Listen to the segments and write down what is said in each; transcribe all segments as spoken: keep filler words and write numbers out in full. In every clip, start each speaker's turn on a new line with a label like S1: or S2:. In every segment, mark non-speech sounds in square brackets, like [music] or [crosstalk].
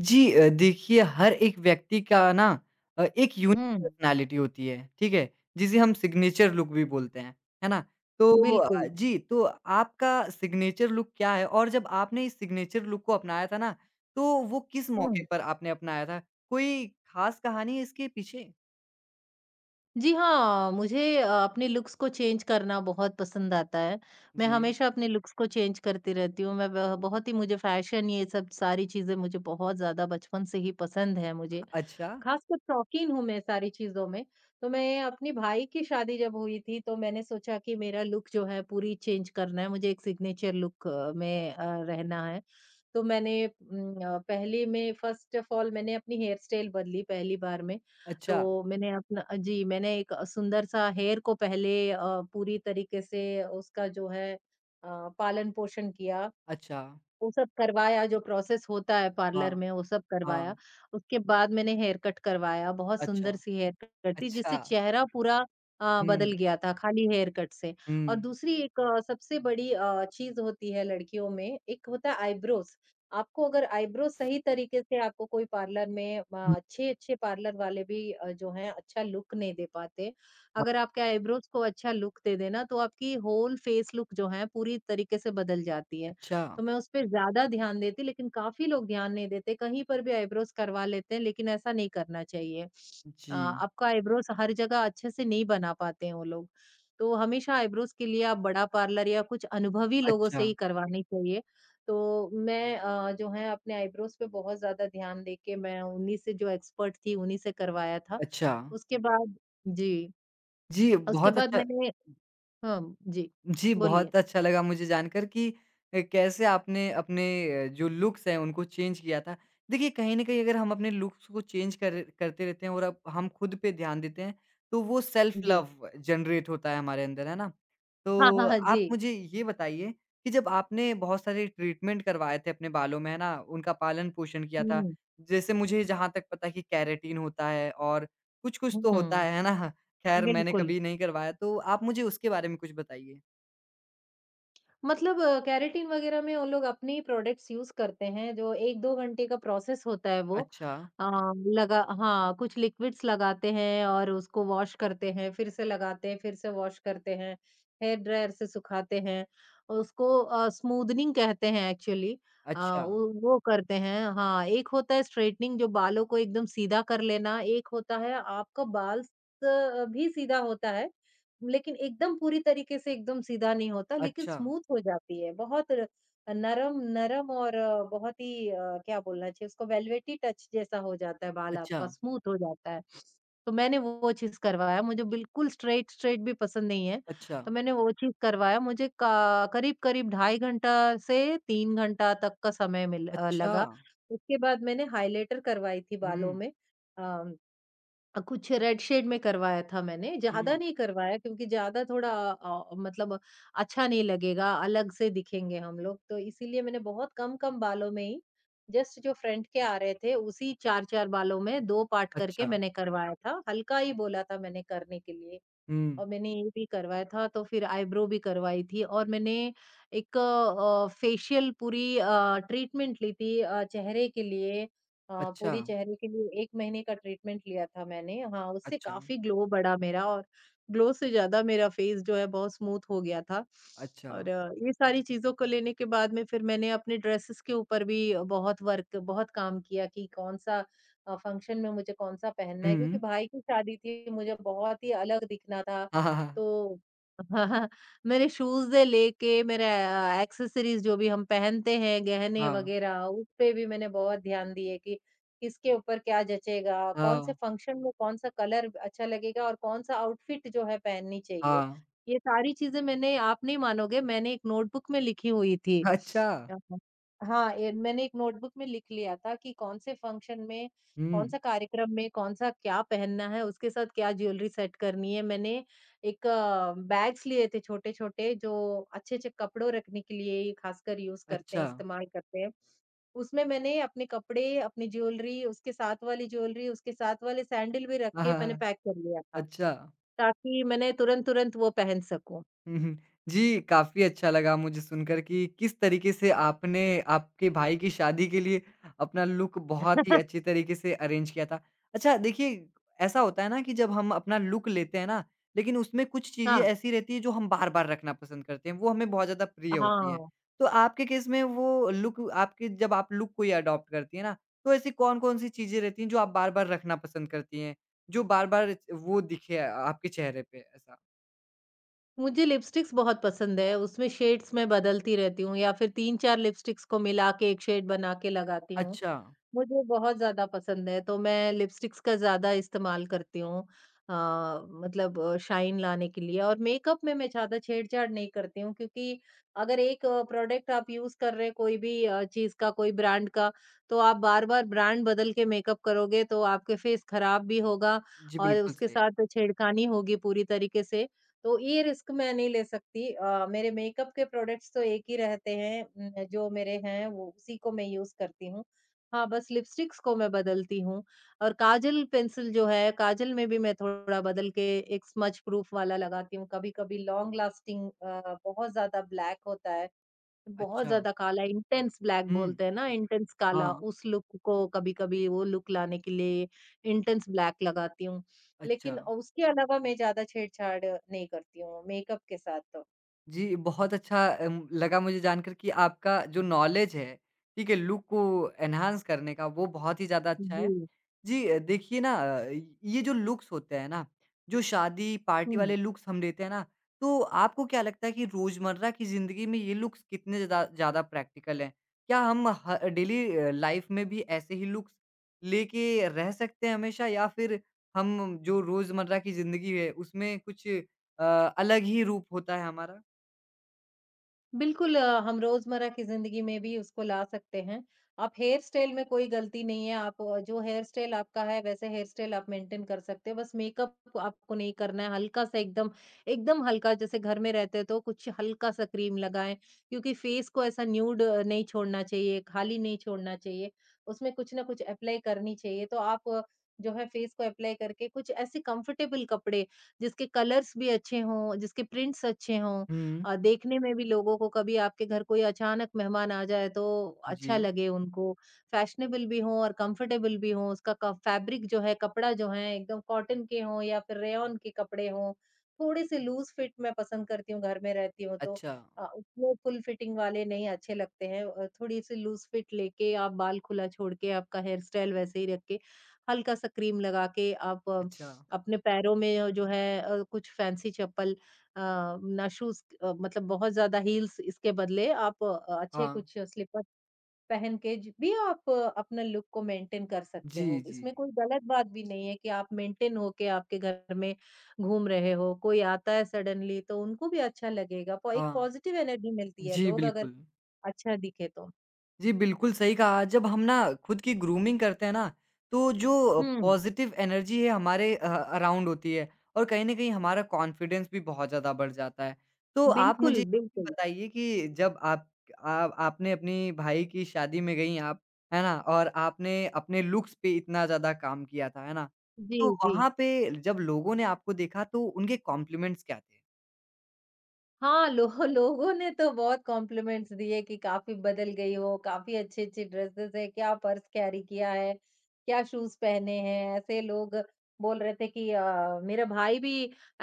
S1: जी अ, देखिए हर एक व्यक्ति का ना अ, एक यूनिक
S2: हुँ,
S1: पर्सनैलिटी होती है, ठीक है? जिसे हम सिग्नेचर लुक भी बोलते हैं, है ना? तो अ,
S2: बिल्कुल।
S1: जी, तो आपका सिग्नेचर लुक क्या है? और जब आपने इस सिग्नेचर लुक को अपनाया था ना, तो वो किस मौके
S2: हुँ।
S1: पर आपने अपनाया था? कोई खास कहानी है इसके पीछे?
S2: जी हाँ, मुझे अ, अपने लुक्स को चेंज करना बहुत पसंद आता है। मैं
S1: जी।
S2: हमेशा अपने लुक्स को चेंज करती रहती हूँ। मैं ब बहुत ही मुझे फ़ैशन ये सब सारी चीज़ें मुझे बहुत ज़्यादा बचपन से ही पसंद है मुझे।
S1: अच्छा,
S2: खासकर शौकीन हूँ मैं सारी चीज़ों में। तो मैं अपने भाई की शादी जब हुई थी तो मैंने सोचा कि मेरा लुक जो है पूरी चेंज करना है, मुझे एक सिग्नेचर लुक में अ, रहना है। तो मैंने उम, अ, पहले में फ़र्स्ट ऑफ़ ऑल मैंने अपनी हेयर स्टाइल बदली पहली बार में।
S1: अच्छा,
S2: तो मैंने अपना जी, मैंने एक सुंदर-सा हेयर को पहले अ, पूरी तरीके से उसका जो है अ, पालन-पोषण किया।
S1: अच्छा।
S2: वो सब करवाया जो प्रोसेस होता है
S1: हाँ,
S2: पार्लर में वो सब करवाया।
S1: हाँ।
S2: उसके बाद मैंने हेयर कट करवाया, बहुत
S1: अच्छा,
S2: सुंदर सी हेयर कट थी
S1: अच्छा।
S2: जिससे चेहरा पूरा अ, बदल
S1: हुँ,
S2: गया था खाली हेयर कट से। और
S1: हुँ।
S2: दूसरी एक अ, सबसे बड़ी अ, चीज़ होती है लड़कियों में, एक होता है आइब्रोज़। आपको अगर आइब्रो सही तरीके से आपको कोई पार्लर में अ,
S1: हुँ,
S2: अच्छे-अच्छे पार्लर वाले भी अ, जो हैं अच्छा लुक नहीं दे पाते।
S1: हाँ।
S2: अगर आपके आइब्रोज़ को अच्छा लुक दे देना तो आपकी होल फेस लुक जो है पूरी तरीके से बदल जाती है।
S1: अच्छा।
S2: तो मैं उस पे ज़्यादा ध्यान देती, लेकिन काफ़ी लोग ध्यान नहीं देते, कहीं पर भी आइब्रोज़ करवा लेते हैं, लेकिन ऐसा नहीं करना चाहिए। अ,
S1: जी।
S2: आपका आइब्रोज़ हर जगह अच्छे से नहीं बना पाते हैं वो लोग। तो हमेशा आइब्रोज़ के लिए आप बड़ा पार्लर या कुछ अनुभवी लोगों से
S1: अच्छा,
S2: ही करवानी चाहिए। तो मैं अ, जो है अपने आइब्रोज़ पे बहुत ज़्यादा ध्यान दे के मैं उन्हीं से जो एक्सपर्ट थी, उन्हीं से करवाया था।
S1: अच्छा।
S2: उसके बाद जी,
S1: जी,
S2: उसके
S1: बहुत
S2: बाद
S1: अच्छा,
S2: मैंने हाँ, जी,
S1: जी,
S2: बोलिए।
S1: बहुत अच्छा लगा मुझे जानकर कि अ, कैसे आपने अपने अ, जो लुक्स हैं उनको चेंज किया था। देखिए कहीं न कहीं अगर हम अपने लुक्स को चेंज कर करते रहते हैं और अब हम खुद पे ध्यान देते हैं, तो वो सेल्फ
S2: जी।
S1: लव जनरेट होता है हमारे अंदर, है ना?
S2: हाँ,
S1: तो
S2: हाँ, हाँ, जी।
S1: आप मुझे ये बताइए कि जब आपने बहुत सारे ट्रीटमेंट करवाए थे अपने बालों में, है ना? उनका पालन-पोषण किया था,
S2: हुँ,
S1: जैसे मुझे जहाँ तक पता है कि केराटिन होता है और कुछ-कुछ तो
S2: हुँ।
S1: होता है, है ना? खैर मैंने
S2: बिल्कुल।
S1: कभी नहीं करवाया, तो आप मुझे उसके बारे में कुछ बताइए।
S2: मतलब अ, केराटिन वग़ैरह में वो लोग अपने ही प्रोडक्ट्स यूज़ करते हैं, जो एक दो घंटे का प्रोसेस होता है वो।
S1: अच्छा,
S2: अ, लगा हाँ, कुछ लिक्विड्स लगाते हैं और उसको वॉश करते हैं, फिर से लगाते हैं, फिर से वॉश करते हैं, हेयर ड्रायर से सुखाते हैं। और उसको अ, स्मूदनिंग कहते हैं एक्चुअली अ,
S1: अच्छा,
S2: वो वो करते हैं हाँ, एक होता है स्ट्रेटनिंग जो बालों को एकदम सीधा कर लेना, एक होता है आपका बाल स भी सीधा होता है, लेकिन एकदम पूरी तरीके से एकदम सीधा नहीं होता लेकिन
S1: अच्छा,
S2: स्मूथ हो जाती है। बहुत र नरम नरम और अ, बहुत ही अ, क्या बोलना चाहिए उसको वेल्वेटी टच जैसा हो जाता है बाल
S1: अच्छा,
S2: आपका, स्मूथ हो जाता है। तो मैंने वो चीज़ करवाया, मुझे बिल्कुल स्ट्रेट स्ट्रेट भी पसंद नहीं है।
S1: अच्छा,
S2: तो मैंने वो चीज़ करवाया, मुझे का करीब-करीब ढाई घंटा से तीन घंटा तक का समय मिल अ,
S1: अच्छा।
S2: लगा। उसके बाद मैंने हाइलाइटर करवाई थी बालों
S1: हुँ,
S2: में। अ अ, कुछ रेड शेड में करवाया था मैंने, ज़्यादा
S1: हुँ,
S2: नहीं करवाया क्योंकि ज़्यादा थोड़ा अ, मतलब अच्छा नहीं लगेगा, अलग से दिखेंगे हम लोग, तो इसीलिए मैंने बहुत कम-कम बालों में ही जस्ट जो फ्रंट के आ रहे थे, उसी चार चार बालों में दो पार्ट
S1: अच्छा,
S2: करके मैंने करवाया था। हल्का ही बोला था मैंने करने के लिए।
S1: हुँ,
S2: और मैंने ये भी करवाया था तो फिर आईब्रो भी करवाई थी और मैंने एक अ, फेशियल पूरी अ, ट्रीटमेंट ली थी अ, चेहरे के लिए अ,
S1: अच्छा,
S2: पूरी चेहरे के लिए एक महीने का ट्रीटमेंट लिया था मैंने हाँ उससे
S1: अच्छा,
S2: काफी ग्लो बढ़ा मेरा और ग्लो से ज्यादा मेरा फेस जो है बहुत स्मूथ हो गया था
S1: अच्छा,
S2: और अ, ये सारी चीजों को लेने के बाद में फिर मैंने अपने ड्रेसेस के ऊपर भी बहुत वर्क बहुत काम किया कि कौन सा फंक्शन में मुझे कौन सा पहनना है
S1: हुँ।
S2: क्योंकि भाई की शादी थी मुझे बहुत ही अलग दिखना था
S1: हाँ, हाँ,
S2: तो [laughs] मेरे शूज़ से लेके मेरे अ, एक्सेसरीज़ जो भी हम पहनते हैं, गहने
S1: हाँ,
S2: वग़ैरह, उस पे भी मैंने बहुत ध्यान दिए कि किसके ऊपर क्या जचेगा, कौन-से
S1: हाँ,
S2: फ़ंक्शन में कौन-सा कलर अच्छा लगेगा और कौन-सा आउटफ़िट जो है पहननी चाहिए।
S1: हाँ,
S2: ये सारी चीज़ें मैंने आप नहीं मानोगे मैंने एक नोटबुक में लिखी हुई थी।
S1: हाँ, अच्छा,
S2: अ, ह हाँ, ए मैंने एक नोटबुक में लिख लिया था कि कौन-से फ़ंक्शन में,
S1: हुँ,
S2: कौन-सा कार्यक्रम में, कौन-सा क्या पहनना है, उसके साथ क्या ज्वेलरी सेट करनी है। मैंने एक अ, बैग्स लिए थे छोटे-छोटे जो अच्छे-अच्छे कपड़ों रखने के लिए ही खासकर यूज़ करते हैं,
S1: अच्छा,
S2: इस्तेमाल करते हैं। उसमें मैंने अपने कपड़े, अपनी ज्वेलरी, उसके साथ वाली ज्वेलरी, उसके साथ वाले सैंडल भी रख
S1: हाँ,
S2: के
S1: हाँ,
S2: मैंने
S1: हाँ,
S2: पैक कर लिया था,
S1: अच्छा।
S2: ताकि मैंने तुरंत-तुरंत वो पहन सकूँ।
S1: हुँ, हुँ। जी, काफ़ी अच्छा लगा मुझे सुनकर कि किस तरीके से आपने आपके भाई की शादी के लिए अपना लुक बहुत ही अच्छे
S2: [laughs]
S1: तरीके से अरेंज किया था। अच्छा देखिए, ऐसा होता है ना कि जब हम अपना लुक लेते हैं ना, लेकिन उसमें कुछ चीज़ें
S2: हाँ,
S1: ऐसी रहती हैं जो हम बार-बार रखना पसंद करते हैं, वो हमें बहुत ज़्यादा प्रिय होती हैं।
S2: हाँ।
S1: तो आपके केस में वो लुक आपके जब आप लुक कोई अडॉप्ट करती हैं ना, तो ऐसी कौन-कौन सी चीज़ें रहती हैं जो आप बार-बार रखना पसंद करती हैं? जो बार-बार वो दिखे आपके चेहरे पे ऐसा?
S2: मुझे लिपस्टिक्स बहुत पसंद है, उसमें शेड्स मैं बदलती रहती हूँ या फिर तीन चार लिपस्टिक्स को मिला के एक शेड बना के लगाती हूँ।
S1: अच्छा।
S2: मुझे बहुत ज़्यादा पसंद है, तो मैं लिपस्टिक्स का ज़्यादा इस्तेमाल करती हूँ अ, मतलब शाइन लाने के लिए और मेकअप में मैं ज़्यादा छेड़छाड़ नहीं करती हूँ क्योंकि अगर एक प्रोडक्ट आप यूज़ कर रहे हैं कोई भी अ, चीज़ का, कोई ब्रांड का, तो आप बार-बार ब्रांड बदल के मेकअप करोगे तो आपके फेस खराब भी होगा
S1: जी,
S2: और
S1: बिल्कुल
S2: उसके
S1: सही।
S2: साथ छेड़खानी होगी पूरी तरीके से, तो ये रिस्क मैं नहीं ले सकती। अ, मेरे मेकअप के प्रोडक्ट्स तो एक ही रहते हैं उम, जो मेरे हैं वो उसी को मैं यूज़ करती हूँ। हाँ, बस लिपस्टिक्स को मैं बदलती हूँ और काजल पेंसिल जो है, काजल में भी मैं थोड़ा बदल के एक स्मज प्रूफ वाला लगाती हूँ। कभी-कभी लॉन्ग लास्टिंग अ, बहुत ज़्यादा ब्लैक होता है, बहुत
S1: अच्छा,
S2: ज़्यादा काला इंटेंस ब्लैक
S1: हुँ,
S2: बोलते हैं ना, इंटेंस काला,
S1: हाँ,
S2: उस लुक को कभी-कभी वो लुक लाने के लिए इंटेंस ब्लैक लगाती हूँ।
S1: अच्छा।
S2: लेकिन उसके अलावा मैं ज़्यादा छेड़छाड़ नहीं करती हूँ मेकअप के साथ तो।
S1: जी, बहुत अच्छा अम, लगा मुझे जानकर कि आपका जो नॉलेज है, ठीक है, लुक को एनहांस करने का, वो बहुत ही ज़्यादा अच्छा है।
S2: जी।
S1: जी अ, देखिए ना अ, ये जो लुक्स होते हैं ना, जो शादी पार्टी
S2: हुँ।
S1: वाले लुक्स हम लेते हैं ना, तो आपको क्या लगता है कि रोज़मर्रा की ज़िंदगी में ये लुक्स कितने ज़्यादा ज़्यादा प्रैक्टिकल हैं? क्या हम ह डेली अ, लाइफ़ में भी ऐसे ही लुक्स लेके रह सकते हैं हमेशा या फिर हम जो रोज़मर्रा की ज़िंदगी है उसमें कुछ अ, अलग ही रूप होता है हमारा?
S2: बिल्कुल अ, हम रोज़मर्रा की ज़िंदगी में भी उसको ला सकते हैं। आप हेयर स्टाइल में कोई गलती नहीं है, आप अ, जो हेयर स्टाइल आपका है वैसे हेयर स्टाइल आप मेंटेन कर सकते हो, बस मेकअप आपको नहीं करना है, हल्का-सा एकदम एकदम हल्का जैसे घर में रहते हैं तो कुछ हल्का-सा क्रीम लगाएँ, क्योंकि फेस को ऐसा न्यूड नहीं छोड़ना चाहिए, खाली नहीं छोड़ना चाहिए, उसमें कुछ ना कुछ अप्लाई करनी चाहिए। तो आप अ, जो है फेस को अप्लाई करके कुछ ऐसे कंफर्टेबल कपड़े, जिसके कलर्स भी अच्छे हों, जिसके प्रिंट्स अच्छे हों
S1: हुँ।
S2: अ, देखने में भी लोगों को कभी आपके घर कोई अचानक मेहमान आ जाए तो
S1: जी।
S2: अच्छा लगे उनको, फैशनेबल भी हों और कंफर्टेबल भी हों, उसका क फैब्रिक जो है, कपड़ा जो है एकदम कॉटन के हों या फिर रेयॉन के कपड़े हों, थोड़े-से लूज़ फिट मैं पसंद करती हूँ, घर में रहती हूँ तो
S1: अच्छा,
S2: अ, वो फुल फिटिंग वाले नहीं अच्छे लगते हैं अ, थोड़ी-सी लूज़ फिट लेके आप बाल खुला छोड़ के, आपका हेयर स्टाइल वैसे ही रख के, हल्का-सा क्रीम लगा के आप अ,
S1: अच्छा।
S2: अपने पैरों में जो है अ, कुछ फैंसी चप्पल अ, ना शूज़ अ, मतलब बहुत ज़्यादा हील्स इसके बदले आप अ, अच्छे
S1: हाँ।
S2: कुछ स्लीपर्स पहन के ज भी आप अपने लुक को मेंटेन कर सकते
S1: जी,
S2: हो।
S1: जी।
S2: इसमें कोई गलत बात भी नहीं है कि आप मेंटेन होके आपके घर में घूम रहे हो, कोई आता है सडनली तो उनको भी अच्छा लगेगा, प एक
S1: हाँ।
S2: पॉज़िटिव एनर्जी मिलती है,
S1: जी,
S2: लोग अगर
S1: बिल्कुल।
S2: अच्छा दिखे तो।
S1: जी, बिल्कुल सही कहा। जब हम ना खुद की ग्रूमिंग करते हैं ना, तो जो
S2: हुँ,
S1: पॉज़िटिव एनर्जी है हमारे अ, अराउंड होती है और कहीं न कहीं हमारा कॉन्फिडेंस भी बहुत ज़्यादा बढ़ जाता है। तो आप
S2: बिल्कुल,
S1: मुझे
S2: बिल्कुल।
S1: बताइए कि जब आप आ आपने अपनी भाई की शादी में गईं आप, है ना? और आपने अपने लुक्स पे इतना ज़्यादा काम किया था, है ना?
S2: जी,
S1: तो
S2: जी।
S1: वहाँ पे जब लोगों ने आपको देखा तो उनके कॉम्प्लिमेंट्स क्या थे?
S2: हाँ, लो लोगों ने तो बहुत कॉम्प्लीमेंट्स दिए कि काफ़ी बदल गई हो, काफ़ी अच्छी-अच्छी ड्रेसेज़ है, क्या पर्स कैरी किया है, क्या शूज़ पहने हैं, ऐसे लोग बोल रहे थे कि अ, मेरा भाई भी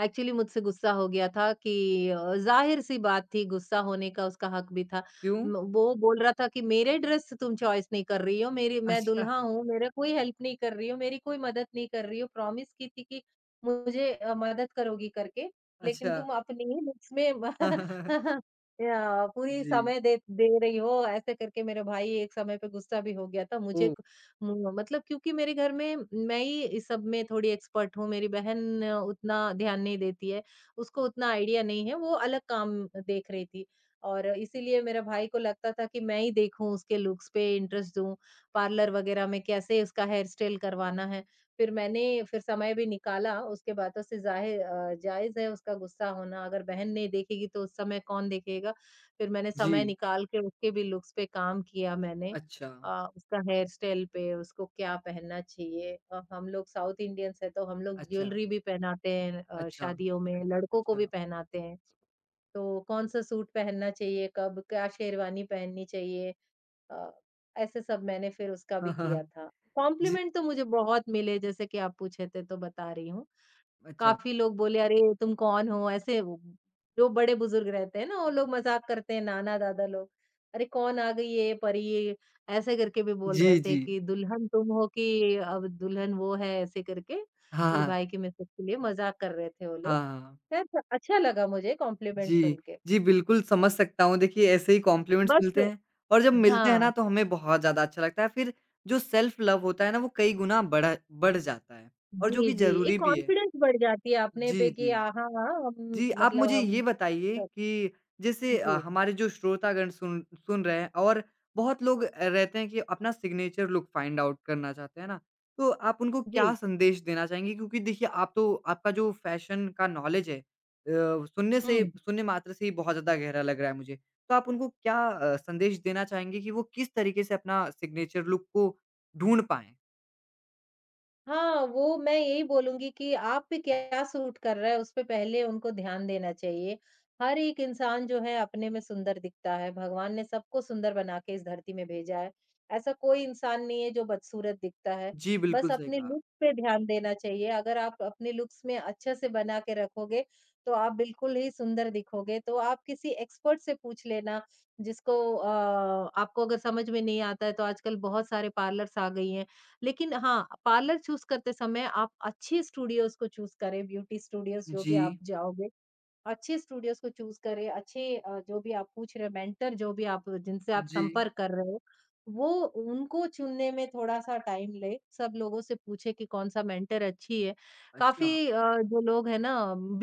S2: एक्चुअली मुझसे गुस्सा हो गया था कि अ, ज़ाहिर-सी बात थी गुस्सा होने का उसका हक भी था।
S1: क्यों?
S2: म वो बोल रहा था कि मेरे ड्रेस तुम चॉइस नहीं कर रही हो, मेरी मैं
S1: अच्छा,
S2: दुल्हा हूँ, मेरा कोई हेल्प नहीं कर रही हो, मेरी कोई मदद नहीं कर रही हो, प्रॉमिस की थी कि मुझे अ, मदद करोगी करके। लेकिन
S1: अच्छा।
S2: तुम अपनी ही लुक्स में
S1: [laughs]
S2: [laughs] या पूरी
S1: जी।
S2: समय दे दे रही हो ऐसे करके मेरे भाई एक समय पे गुस्सा भी हो गया था मुझे
S1: ओह!
S2: क- मु- मतलब क्योंकि मेरे घर में मैं ही इस सब में थोड़ी एक्सपर्ट हूँ मेरी बहन उतना ध्यान नहीं देती है उसको उतना आइडिया नहीं है वो अलग काम देख रही थी और इसीलिए मेरे भाई को लगता था कि मैं ही देखूं उसके लुक्स पे इंटरेस्ट दूं पार्लर वगैरह में कैसे उसका हेयर स्टाइल करवाना है फिर मैंने फिर समय भी निकाला, उसके बाद तो उससे ज़ाहिर अ, जायज़ है उसका गुस्सा होना, अगर बहन नहीं देखेगी तो उस समय कौन देखेगा? फिर मैंने समय
S1: जी,
S2: निकाल के उसके भी लुक्स पे काम किया मैंने।
S1: अच्छा।
S2: अ, उसका हेयर स्टाइल पे, उसको क्या पहनना चाहिए अ, हम लोग साउथ इंडियंस हैं तो हम लोग
S1: अच्छा,
S2: ज्वेलरी भी पहनाते हैं अ,
S1: अच्छा,
S2: शादियों में, लड़कों को
S1: अच्छा।
S2: भी पहनाते हैं। तो कौन-सा सूट पहनना चाहिए, कब क्या शेरवानी पहननी चाहिए? अ, ऐसे सब मैंने फिर उसका
S1: [laughs] हाँ,
S2: भी
S1: हाँ,
S2: किया
S1: हाँ।
S2: था।
S1: जी,
S2: कॉम्प्लिमेंट तो मुझे बहुत मिले जैसे कि आप पूछे थे तो बता रही हूँ।
S1: अच्छा।
S2: काफ़ी लोग बोले अरे तुम कौन हो? ऐसे वो जो बड़े-बुजुर्ग रहते हैं ना वो लोग मज़ाक करते हैं नाना-दादा लोग। अरे कौन आ गई है ये परी? ये ऐसे करके भी बोल
S1: जी,
S2: रहे थे
S1: जी।
S2: कि दुल्हन तुम हो कि अब दुल्हन वो है ऐसे करके
S1: हाँ,
S2: मेरे
S1: हाँ।
S2: भाई के मैसेज के लिए मज़ाक कर रहे थे वो
S1: हाँ,
S2: लोग।
S1: हाँ।
S2: खैर अच्छा लगा मुझे कॉम्प्लिमेंट
S1: जी,
S2: सुन के।
S1: जी, बिल्कुल समझ सकता हूँ। देखिए, ऐसे ही कॉम्प्लीमेंट्स
S2: बस
S1: मिलते हैं और जब मिलते हैं ना,
S2: हाँ।
S1: तो हमें बहुत ज़्यादा अच्छा लगता है। फिर जो सेल्फ लव होता है ना, वो कई गुना बढ़ा बढ़ जाता है और जो
S2: जी,
S1: कि
S2: जी, एक
S1: ज़रूरी भी है।
S2: कॉन्फिडेंस बढ़ जाती है अपने
S1: जी,
S2: पे कि
S1: जी।
S2: आ, हाँ, हाँ, हम
S1: जी, आप
S2: मतलब
S1: मुझे
S2: हम
S1: ये बताइए
S2: सब।
S1: कि जैसे अ,
S2: जी,
S1: हमारे जो श्रोतागण सुन सुन रहे हैं और बहुत लोग अ, रहते हैं कि अपना सिग्नेचर लुक फाइंड आउट करना चाहते हैं ना, तो आप उनको क्या
S2: जी,
S1: संदेश देना चाहेंगे? क्योंकि देखिए आप तो आपका जो फ़ैशन का नॉलेज है अ, सुनने से
S2: हुँ।
S1: सुनने मात्र से ही बहुत ज़्यादा गहरा लग रहा है मुझे। तो आप उनको क्या अ, संदेश देना चाहेंगे कि वो किस तरीके से अपना सिग्नेचर लुक को ढूँढ पाएँ?
S2: हाँ, वो मैं यही बोलूँगी कि आप पे क्या सूट कर रहा है, उसपे पहले उनको ध्यान देना चाहिए। हर एक इंसान जो है अपने में सुंदर दिखता है, भगवान ने सबको सुंदर बना के इस धरती में भेजा है। ऐसा कोई इंसान नहीं है जो बदसूरत दिखता है,
S1: जी, बिल्कुल
S2: बस
S1: सही
S2: अपने
S1: कहा।
S2: लुक पे ध्यान देना चाहिए। अगर आप अपने लुक्स में अच्छे से बना के रखोगे, तो आप बिल्कुल ही सुंदर दिखोगे। तो आप किसी एक्सपर्ट से पूछ लेना जिसको अ, आपको अगर समझ में नहीं आता है तो आजकल बहुत सारे पार्लर्स आ गई हैं। लेकिन हाँ, पार्लर चूज़ करते समय आप अच्छे स्टूडियोज़ को चूज़ करें, ब्यूटी स्टूडियोज़ जो भी आप
S1: जी,
S2: जाओगे। अच्छे स्टूडियोज़ को चूज़ करें, अच्छे अ, जो भी आप पूछ रहे हो मेंटर जो भी आप जिनसे आप
S1: जी।
S2: संपर्क कर रहे हो, वो उनको चुनने में थोड़ा-सा टाइम ले, सब लोगों से पूछे कि कौन-सा मेंटर अच्छी है।
S1: अच्छा,
S2: काफ़ी अ, जो लोग हैं ना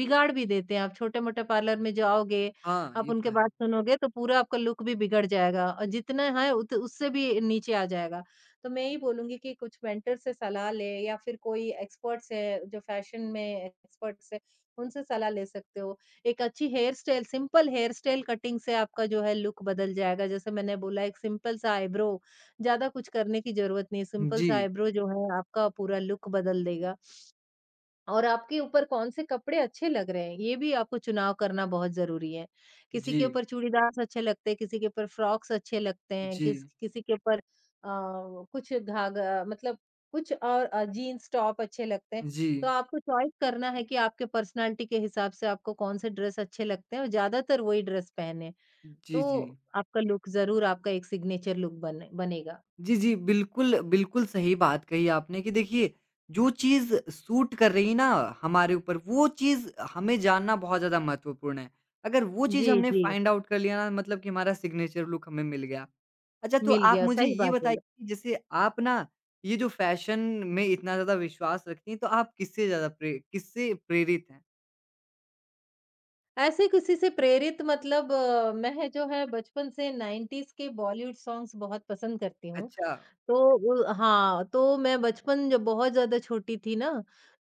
S2: बिगाड़ भी देते हैं, आप छोटे-मोटे पार्लर में जाओगे,
S1: हाँ,
S2: आप
S1: ये तो
S2: उनके
S1: है।
S2: बात सुनोगे तो पूरा आपका लुक भी बिगड़ जाएगा और जितना है उत उससे भी नीचे आ जाएगा। तो मैं यही बोलूँगी कि कुछ मेंटर से सलाह लें या फिर कोई एक्सपर्ट्स है, जो फैशन में एक्सपर्ट्स है, उनसे सलाह ले सकते हो। एक अच्छी hairstyle simple hairstyle cutting से आपका जो है लुक बदल जाएगा। जैसे मैंने बोला एक सिंपल सा आईब्रो ज़्यादा कुछ करने की ज़रूरत नहीं है, सिंपल सा
S1: जी,
S2: आईब्रो जो है आपका पूरा लुक बदल देगा। और आपके ऊपर कौन से कपड़े अच्छे लग रहे हैं, ये भी आपको चुनाव करना बहुत ज़रूरी है। किसी
S1: जी।
S2: के ऊपर चूड़ीदार्स अच्छे लगते हैं, किसी के ऊपर फ्रॉक्स अच्छे लगते हैं, किस
S1: जी,
S2: किसी के ऊपर अ, कुछ घाघा मतलब कुछ और अ, जीन्स टॉप अच्छे लगते हैं।
S1: जी।
S2: तो आपको चॉइस करना है कि आपके पर्सनैलिटी के हिसाब से आपको कौन से ड्रेस अच्छे लगते हैं और ज़्यादातर वही ड्रेस पहने,
S1: जी, जी।
S2: तो आपका लुक ज़रूर आपका एक सिग्नेचर लुक बने बनेगा।
S1: जी, जी, बिल्कुल, बिल्कुल सही बात कही आपने कि देखिए, जो चीज़ सूट कर रही है ना हमारे ऊपर, वो चीज़ हमें जानना बहुत ज़्यादा महत्वपूर्ण है। अगर वो चीज़
S2: जी,
S1: हमने
S2: जी।
S1: फाइंड आउट कर लिया ना मतलब कि हमारा सिग्नेचर लुक हमें मिल गया। अच्छा तो
S2: मिल
S1: आप
S2: गया,
S1: मुझे
S2: सही
S1: ये
S2: बात
S1: बताइए
S2: बोले।
S1: कि जैसे आप ना ये जो फ़ैशन में इतना ज़्यादा विश्वास रखती हैं, तो आप किससे ज़्यादा प्रे किससे प्रेरित हैं?
S2: ऐसे किसी से प्रेरित मतलब अ, मैं जो है बचपन से नाइंटीज़ के बॉलीवुड सॉन्ग्स बहुत पसंद करती हूँ।
S1: अच्छा,
S2: तो अ, हाँ, तो मैं बचपन जब बहुत ज़्यादा छोटी थी ना,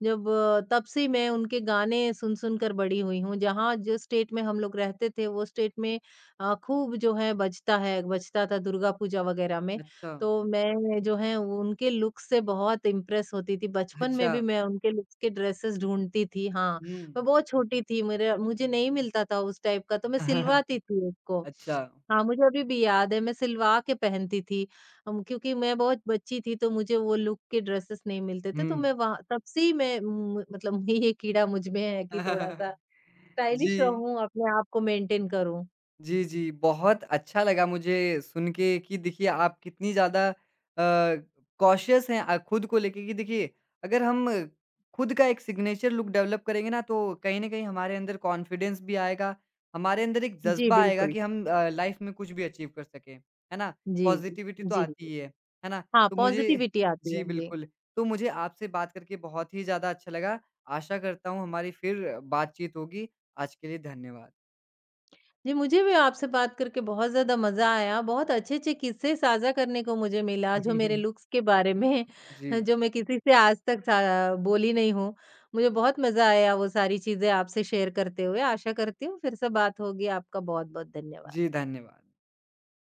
S2: जब अ, तब से ही मैं उनके गाने सुन-सुन कर बड़ी हुई हूँ। जहाँ जिस स्टेट में हम लोग रहते थे, वो स्टेट में अ, खूब जो है बजता है बजता था दुर्गा पूजा वगैरह में।
S1: अच्छा,
S2: तो मैं जो है वो उनके लुक से बहुत इम्प्रेस होती थी। बचपन में
S1: अच्छा।
S2: भी मैं उनके लुक्स के ड्रेसेस ढूँढती थी, हाँ।
S1: हुँ।
S2: मैं बहुत छोटी थी, मेरा मुझे नहीं मिलता था उस टाइप का, तो मैं
S1: [laughs]
S2: सिलवाती थी उसको।
S1: अच्छा,
S2: हाँ, मुझे अभी भी याद है, मैं सिलवा के पहनती थी। हम क्योंकि मैं बहुत बच्ची थी तो मुझे वो लुक के ड्रेसेस नहीं मिलते थे तो
S1: हुँ।
S2: मैं वहाँ तब से ही मैं म मतलब [laughs] ये कीड़ा मुझ में है कि
S1: [laughs]
S2: थोड़ा-सा स्टाइलिश
S1: जी।
S2: रहूँ, अपने आप को मेंटेन करूँ।
S1: जी, जी। बहुत अच्छा लगा मुझे सुन के कि देखिए आप कितनी ज़्यादा अ, कॉशियस हैं अ, खुद को लेके कि देखिए अगर हम खुद का एक सिग्नेचर लुक डेवलप करेंगे ना तो कहीं न कहीं हमारे अंदर कॉन्फिडेंस भी आएगा, हमारे अंदर एक
S2: जी,
S1: जज़्बा आएगा
S2: बिल्कुल।
S1: कि हम अ, लाइफ़ में कुछ भी अचीव कर सकें, है ना?
S2: जी, जी।
S1: पॉज़िटिविटी तो
S2: जी,
S1: आती
S2: जी।
S1: ही है, है ना?
S2: हाँ,
S1: तो मुझे
S2: पॉज़िटिविटी आती
S1: जी,
S2: है। जी।
S1: बिल्कुल। तो मुझे आपसे बात करके बहुत ही ज़्यादा अच्छा लगा। आशा करता हूँ हमारी फिर बातचीत होगी। आज के लिए धन्यवाद।
S2: जी, मुझे भी आपसे बात करके बहुत ज़्यादा मज़ा आया। बहुत अच्छे-अच्छे किस्से साझा करने को मुझे मिला, जो मेरे लुक्स
S1: [laughs]
S2: के बारे में,
S1: जी।
S2: [laughs] जो मैं किसी से आज तक सा बोली नहीं हूँ। मुझे बहुत मज़ा आया वो सारी चीज़ें आपसे शेयर करते हुए। आशा करती हूँ फिर से बात होगी। आपका बहुत-बहुत
S1: जी,
S2: धन्यवाद।
S1: धन्यवाद।